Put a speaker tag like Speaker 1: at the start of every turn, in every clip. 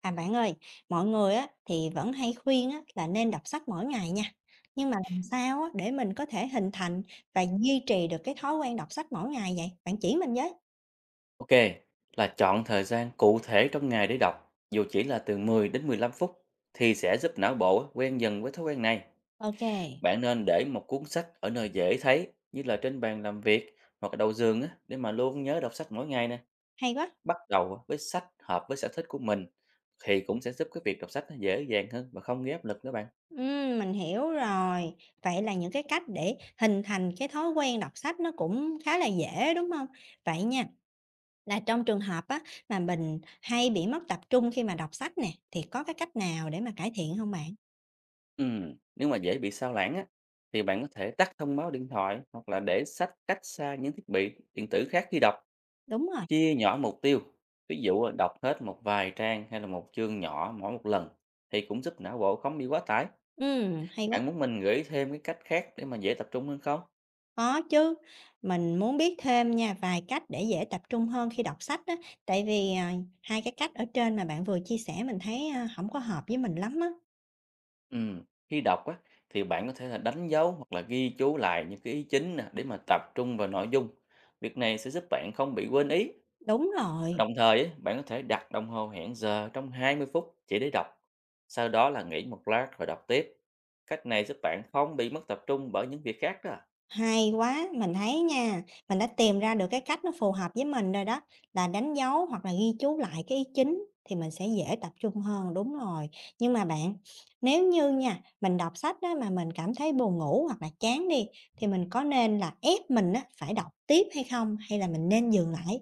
Speaker 1: À bạn ơi, mọi người á thì vẫn hay khuyên á là nên đọc sách mỗi ngày nha. Nhưng mà làm sao á để mình có thể hình thành và duy trì được cái thói quen đọc sách mỗi ngày vậy? Bạn chỉ mình với.
Speaker 2: Ok, là chọn thời gian cụ thể trong ngày để đọc, dù chỉ là từ 10 đến 15 phút, thì sẽ giúp não bộ á, quen dần với thói quen này.
Speaker 1: Ok,
Speaker 2: Bạn nên để một cuốn sách ở nơi dễ thấy, như là trên bàn làm việc hoặc là đầu giường á, để mà luôn nhớ đọc sách mỗi ngày nè.
Speaker 1: hay quá.
Speaker 2: Bắt đầu á, với sách hợp với sở thích của mình, thì cũng sẽ giúp cái việc đọc sách nó dễ dàng hơn và không gây áp lực nữa bạn.
Speaker 1: Mình hiểu rồi. Vậy là những cái cách để hình thành cái thói quen đọc sách nó cũng khá là dễ đúng không? Vậy nha, là trong trường hợp á mà mình hay bị mất tập trung khi mà đọc sách nè thì có cái cách nào để mà cải thiện không bạn?
Speaker 2: Nếu mà dễ bị sao lãng á, thì bạn có thể tắt thông báo điện thoại hoặc là để sách cách xa những thiết bị điện tử khác khi đọc.
Speaker 1: Đúng rồi.
Speaker 2: Chia nhỏ mục tiêu, ví dụ đọc hết một vài trang hay là một chương nhỏ mỗi một lần thì cũng giúp não bộ không bị quá tải.
Speaker 1: Hay quá.
Speaker 2: Bạn muốn mình gửi thêm cái cách khác để mà dễ tập trung hơn không?
Speaker 1: Có chứ, mình muốn biết thêm nha vài cách để dễ tập trung hơn khi đọc sách á, tại vì, à, hai cái cách ở trên mà bạn vừa chia sẻ mình thấy, a, hổng có hợp với mình lắm á.
Speaker 2: Ừ, khi đọc á thì bạn có thể là đánh dấu hoặc là ghi chú lại những cái ý chính nè để mà tập trung vào nội dung. Việc này sẽ giúp bạn không bị quên ý.
Speaker 1: Đúng rồi,
Speaker 2: Đồng thời á, bạn có thể đặt đồng hồ hẹn giờ trong 20 phút chỉ để đọc. Sau đó là nghỉ một lát rồi đọc tiếp. Cách này giúp bạn không bị mất tập trung bởi những việc khác đó.
Speaker 1: hay quá, mình thấy nha, mình đã tìm ra được cái cách nó phù hợp với mình rồi đó, là đánh dấu hoặc là ghi chú lại cái ý chính thì mình sẽ dễ tập trung hơn, đúng rồi. Nhưng mà bạn, nếu như nha, mình đọc sách á mà mình cảm thấy buồn ngủ hoặc là chán đi, thì mình có nên là ép mình á phải đọc tiếp hay không, hay là mình nên dừng lại?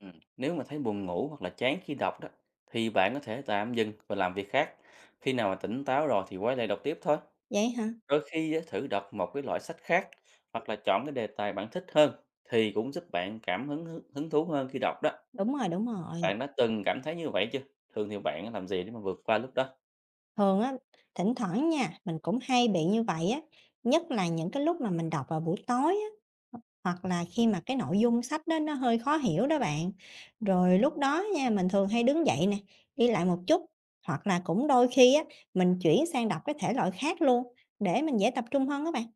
Speaker 2: Ừ. Nếu mà thấy buồn ngủ hoặc là chán khi đọc đó thì bạn có thể tạm dừng và làm việc khác. Khi nào mà tỉnh táo rồi thì quay lại đọc tiếp thôi.
Speaker 1: Vậy hả?
Speaker 2: Đôi khi á, thử đọc một cái loại sách khác hoặc là chọn cái đề tài bạn thích hơn thì cũng giúp bạn cảm hứng hứng hứng thú hơn khi đọc đó.
Speaker 1: Đúng rồi, đúng rồi.
Speaker 2: Bạn đã từng cảm thấy như vậy chưa? Thường thì bạn làm gì để mà vượt qua lúc đó?
Speaker 1: Thường á, thỉnh thoảng nha, mình cũng hay bị như vậy á, nhất là những cái lúc mà mình đọc vào buổi tối á, h hoặc là khi mà cái nội dung sách đó nó hơi khó hiểu đó bạn. Rồi lúc đó nha, mình thường hay đứng dậy nè, đi lại một chút, hoặc là cũng đôi khi á, mình chuyển sang đọc cái thể loại khác luôn để mình dễ tập trung hơn các bạn.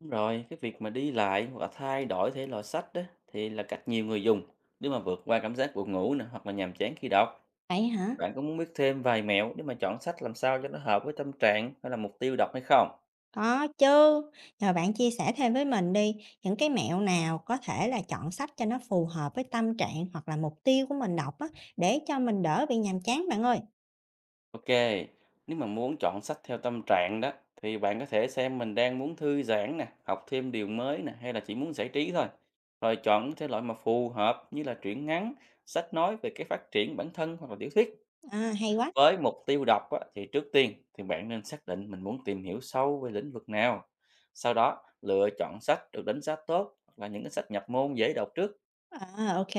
Speaker 2: Đúng rồi, cái việc mà đi lại hoặc là thay đổi thể loại sách đó thì là cách nhiều người dùng để mà vượt qua cảm giác buồn ngủ nè hoặc là nhàm chán khi đọc.
Speaker 1: Vậy hả?
Speaker 2: Bạn có muốn biết thêm vài mẹo để mà chọn sách làm sao cho nó hợp với tâm trạng hay là mục tiêu đọc hay không?
Speaker 1: Có chứ, nhờ bạn chia sẻ thêm với mình đi, những cái mẹo nào có thể là chọn sách cho nó phù hợp với tâm trạng hoặc là mục tiêu của mình đọc á, để cho mình đỡ bị nhàm chán bạn ơi.
Speaker 2: Ok, nếu mà muốn chọn sách theo tâm trạng đó thì bạn có thể xem mình đang muốn thư giãn nè, học thêm điều mới nè hay là chỉ muốn giải trí thôi. Rồi chọn cái thể loại mà phù hợp như là truyện ngắn, sách nói về cái phát triển bản thân hoặc là tiểu thuyết.
Speaker 1: À, hay quá.
Speaker 2: Với mục tiêu đọc á, thì trước tiên thì bạn nên xác định mình muốn tìm hiểu sâu về lĩnh vực nào. Sau đó lựa chọn sách được đánh giá tốt hoặc là những cái sách nhập môn dễ đọc trước.
Speaker 1: À, ok.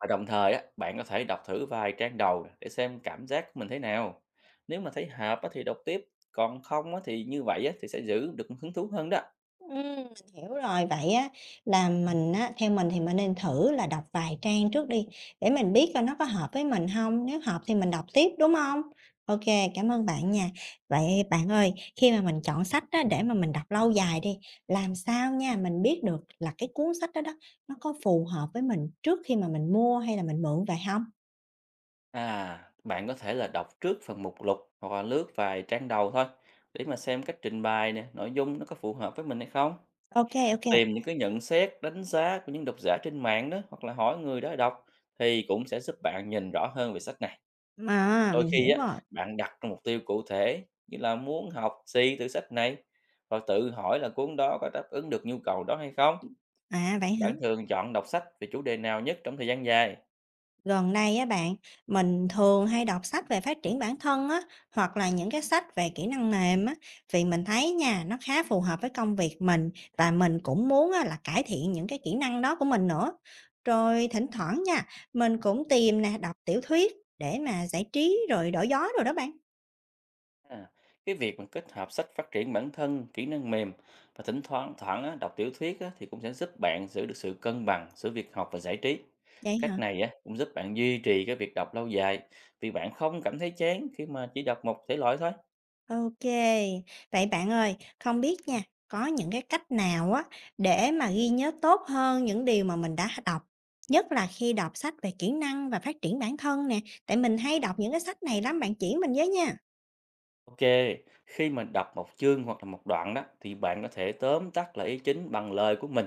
Speaker 2: Và đồng thời á, bạn có thể đọc thử vài trang đầu nè, để xem cảm giác của mình thế nào. Nếu mà thấy hợp á, thì đọc tiếp, còn không á, thì như vậy á, thì sẽ giữ được hứng thú hơn đó.
Speaker 1: Mình hiểu rồi. Vậy á là mình á theo mình thì mình nên thử là đọc vài trang trước đi, để mình biết coi nó có hợp với mình không, nếu hợp thì mình đọc tiếp, đúng không? Ok, cảm ơn bạn nha. Vậy bạn ơi, khi mà mình chọn sách á để mà mình đọc lâu dài đi, làm sao nha mình biết được là cái cuốn sách đó đó nó có phù hợp với mình trước khi mà mình mua hay là mình mượn về không?
Speaker 2: À, bạn có thể là đọc trước phần mục lục hoặc là lướt vài trang đầu thôi để mà xem cách trình bày nè, nội dung nó có phù hợp với mình hay không.
Speaker 1: Ok,
Speaker 2: Tìm những cái nhận xét, đánh giá của những độc giả trên mạng đó hoặc là hỏi người đã đọc thì cũng sẽ giúp bạn nhìn rõ hơn về sách nè.
Speaker 1: mà
Speaker 2: Đôi
Speaker 1: mình
Speaker 2: khi
Speaker 1: hiểu
Speaker 2: á,
Speaker 1: rồi.
Speaker 2: bạn đặt ra mục tiêu cụ thể như là muốn học gì từ sách này và tự hỏi là cuốn đó có đáp ứng được nhu cầu đó hay không.
Speaker 1: À, vậy hả?
Speaker 2: Bạn thường chọn đọc sách về chủ đề nào nhất trong thời gian dài?
Speaker 1: Gần đây á bạn, mình thường hay đọc sách về phát triển bản thân á, hoặc là những cái sách về kỹ năng mềm á, vì mình thấy nha, nó khá phù hợp với công việc mình và mình cũng muốn á, là cải thiện những cái kỹ năng đó của mình nữa. Rồi thỉnh thoảng nha, mình cũng tìm nè, đọc tiểu thuyết để mà giải trí rồi đổi gió rồi đó bạn.
Speaker 2: À, cái việc mà kết hợp sách phát triển bản thân, kỹ năng mềm và thỉnh thoảng thoảng á, đọc tiểu thuyết á, thì cũng sẽ giúp bạn giữ được sự cân bằng giữa việc học và giải trí.
Speaker 1: Vậy
Speaker 2: Cách
Speaker 1: hả?
Speaker 2: này á, cũng giúp bạn duy trì cái việc đọc lâu dài vì bạn không cảm thấy chán khi mà chỉ đọc một thể loại thôi.
Speaker 1: Ok. Vậy bạn ơi, không biết nha, có những cái cách nào á để mà ghi nhớ tốt hơn những điều mà mình đã đọc, nhất là khi đọc sách về kỹ năng và phát triển bản thân nè, tại mình hay đọc những cái sách này lắm, bạn chỉ mình với nha.
Speaker 2: Ok, khi mình đọc một chương hoặc là một đoạn đó thì bạn có thể tóm tắt lại ý chính bằng lời của mình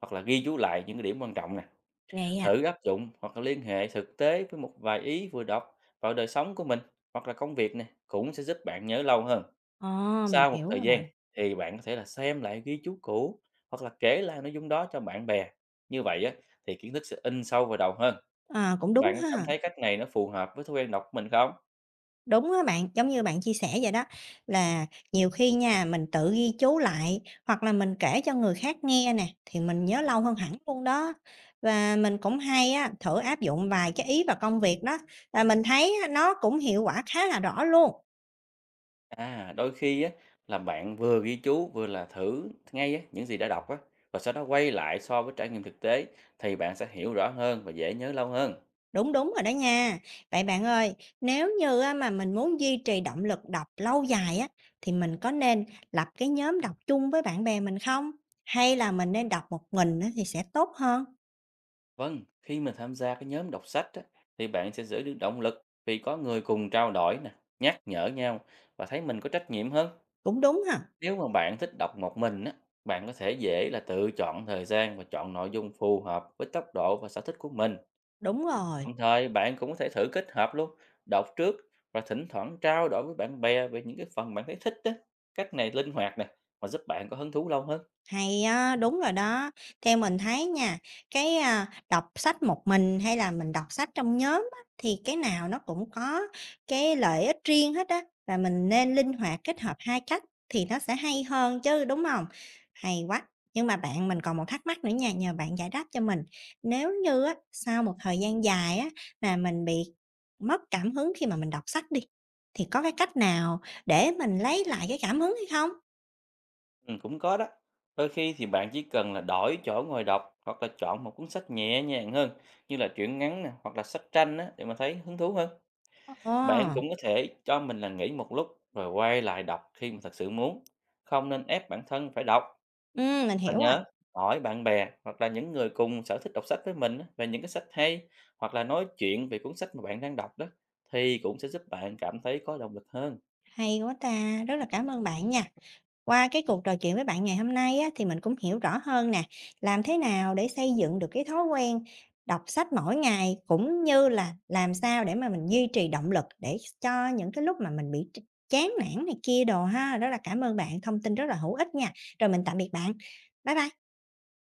Speaker 2: hoặc là ghi chú lại những cái điểm quan trọng nè,
Speaker 1: Vậy à?
Speaker 2: thử áp dụng hoặc là liên hệ thực tế với một vài ý vừa đọc vào đời sống của mình hoặc là công việc nè, cũng sẽ giúp bạn nhớ lâu hơn.
Speaker 1: Ờ, mình
Speaker 2: Sau một
Speaker 1: hiểu
Speaker 2: thời gian
Speaker 1: rồi.
Speaker 2: thì bạn có thể là xem lại ghi chú cũ hoặc là kể lại nội dung đó cho bạn bè. Như vậy á thì kiến thức sẽ in sâu vào đầu hơn.
Speaker 1: À, cũng đúng
Speaker 2: Bạn có cảm
Speaker 1: ha.
Speaker 2: thấy cách này nó phù hợp với thói quen đọc của mình không?
Speaker 1: Đúng á bạn, giống như bạn chia sẻ vậy đó, là nhiều khi nha, mình tự ghi chú lại hoặc là mình kể cho người khác nghe nè, thì mình nhớ lâu hơn hẳn luôn đó. Và mình cũng hay á, thử áp dụng vài cái ý vào công việc đó, và mình thấy á, nó cũng hiệu quả khá là rõ luôn.
Speaker 2: À, đôi khi á là bạn vừa ghi chú vừa là thử ngay á những gì đã đọc á và sau đó quay lại so với trải nghiệm thực tế thì bạn sẽ hiểu rõ hơn và dễ nhớ lâu hơn.
Speaker 1: Đúng, đúng rồi đó nha. Vậy bạn ơi, nếu như á, mà mình muốn duy trì động lực đọc lâu dài á, thì mình có nên lập cái nhóm đọc chung với bạn bè mình không? Hay là mình nên đọc một mình á, thì sẽ tốt hơn?
Speaker 2: Vâng, khi mà tham gia cái nhóm đọc sách á thì bạn sẽ giữ được động lực vì có người cùng trao đổi nè, nhắc nhở nhau và thấy mình có trách nhiệm hơn.
Speaker 1: Cũng đúng ha.
Speaker 2: Nếu mà bạn thích đọc một mình á, bạn có thể dễ là tự chọn thời gian và chọn nội dung phù hợp với tốc độ và sở thích của mình.
Speaker 1: Đúng rồi,
Speaker 2: Đồng thời, bạn cũng có thể thử kết hợp luôn, đọc trước và thỉnh thoảng trao đổi với bạn bè về những cái phần bạn thấy thích đó. Cách này linh hoạt nè, mà giúp bạn có hứng thú lâu hơn.
Speaker 1: hay á, đúng rồi đó. Theo mình thấy nha, đọc sách một mình hay là mình đọc sách trong nhóm á, thì cái nào nó cũng có cái lợi ích riêng hết á, và mình nên linh hoạt kết hợp hai cách thì nó sẽ hay hơn chứ, đúng không? Hay quá! Nhưng mà bạn, mình còn một thắc mắc nữa nha, nhờ bạn giải đáp cho mình. Nếu như á, sau một thời gian dài á, mà mình bị mất cảm hứng khi mà mình đọc sách đi, thì có cái cách nào để mình lấy lại cái cảm hứng hay không?
Speaker 2: Ừ, cũng có đó. Đôi khi thì bạn chỉ cần là đổi chỗ ngồi đọc hoặc là chọn một cuốn sách nhẹ nhàng hơn như là truyện ngắn nè, hoặc là sách tranh á, để mà thấy hứng thú hơn.
Speaker 1: Ờ.
Speaker 2: Bạn
Speaker 1: Ờ.
Speaker 2: cũng có thể cho mình là nghỉ một lúc rồi quay lại đọc khi mà thật sự muốn. Không nên ép bản thân phải đọc.
Speaker 1: Mình
Speaker 2: Và
Speaker 1: hiểu rồi.
Speaker 2: nhớ hỏi bạn bè hoặc là những người cùng sở thích đọc sách với mình á, về những cái sách hay hoặc là nói chuyện về cuốn sách mà bạn đang đọc đó thì cũng sẽ giúp bạn cảm thấy có động lực hơn.
Speaker 1: Hay quá ta! Rất là cảm ơn bạn nha. Qua cái cuộc trò chuyện với bạn ngày hôm nay á, thì mình cũng hiểu rõ hơn nè, làm thế nào để xây dựng được cái thói quen đọc sách mỗi ngày, cũng như là làm sao để mà mình duy trì động lực để cho những cái lúc mà mình bị chán nản này kia đồ ha. Rất là cảm ơn bạn, thông tin rất là hữu ích nha. Rồi mình tạm biệt bạn. Bye bye.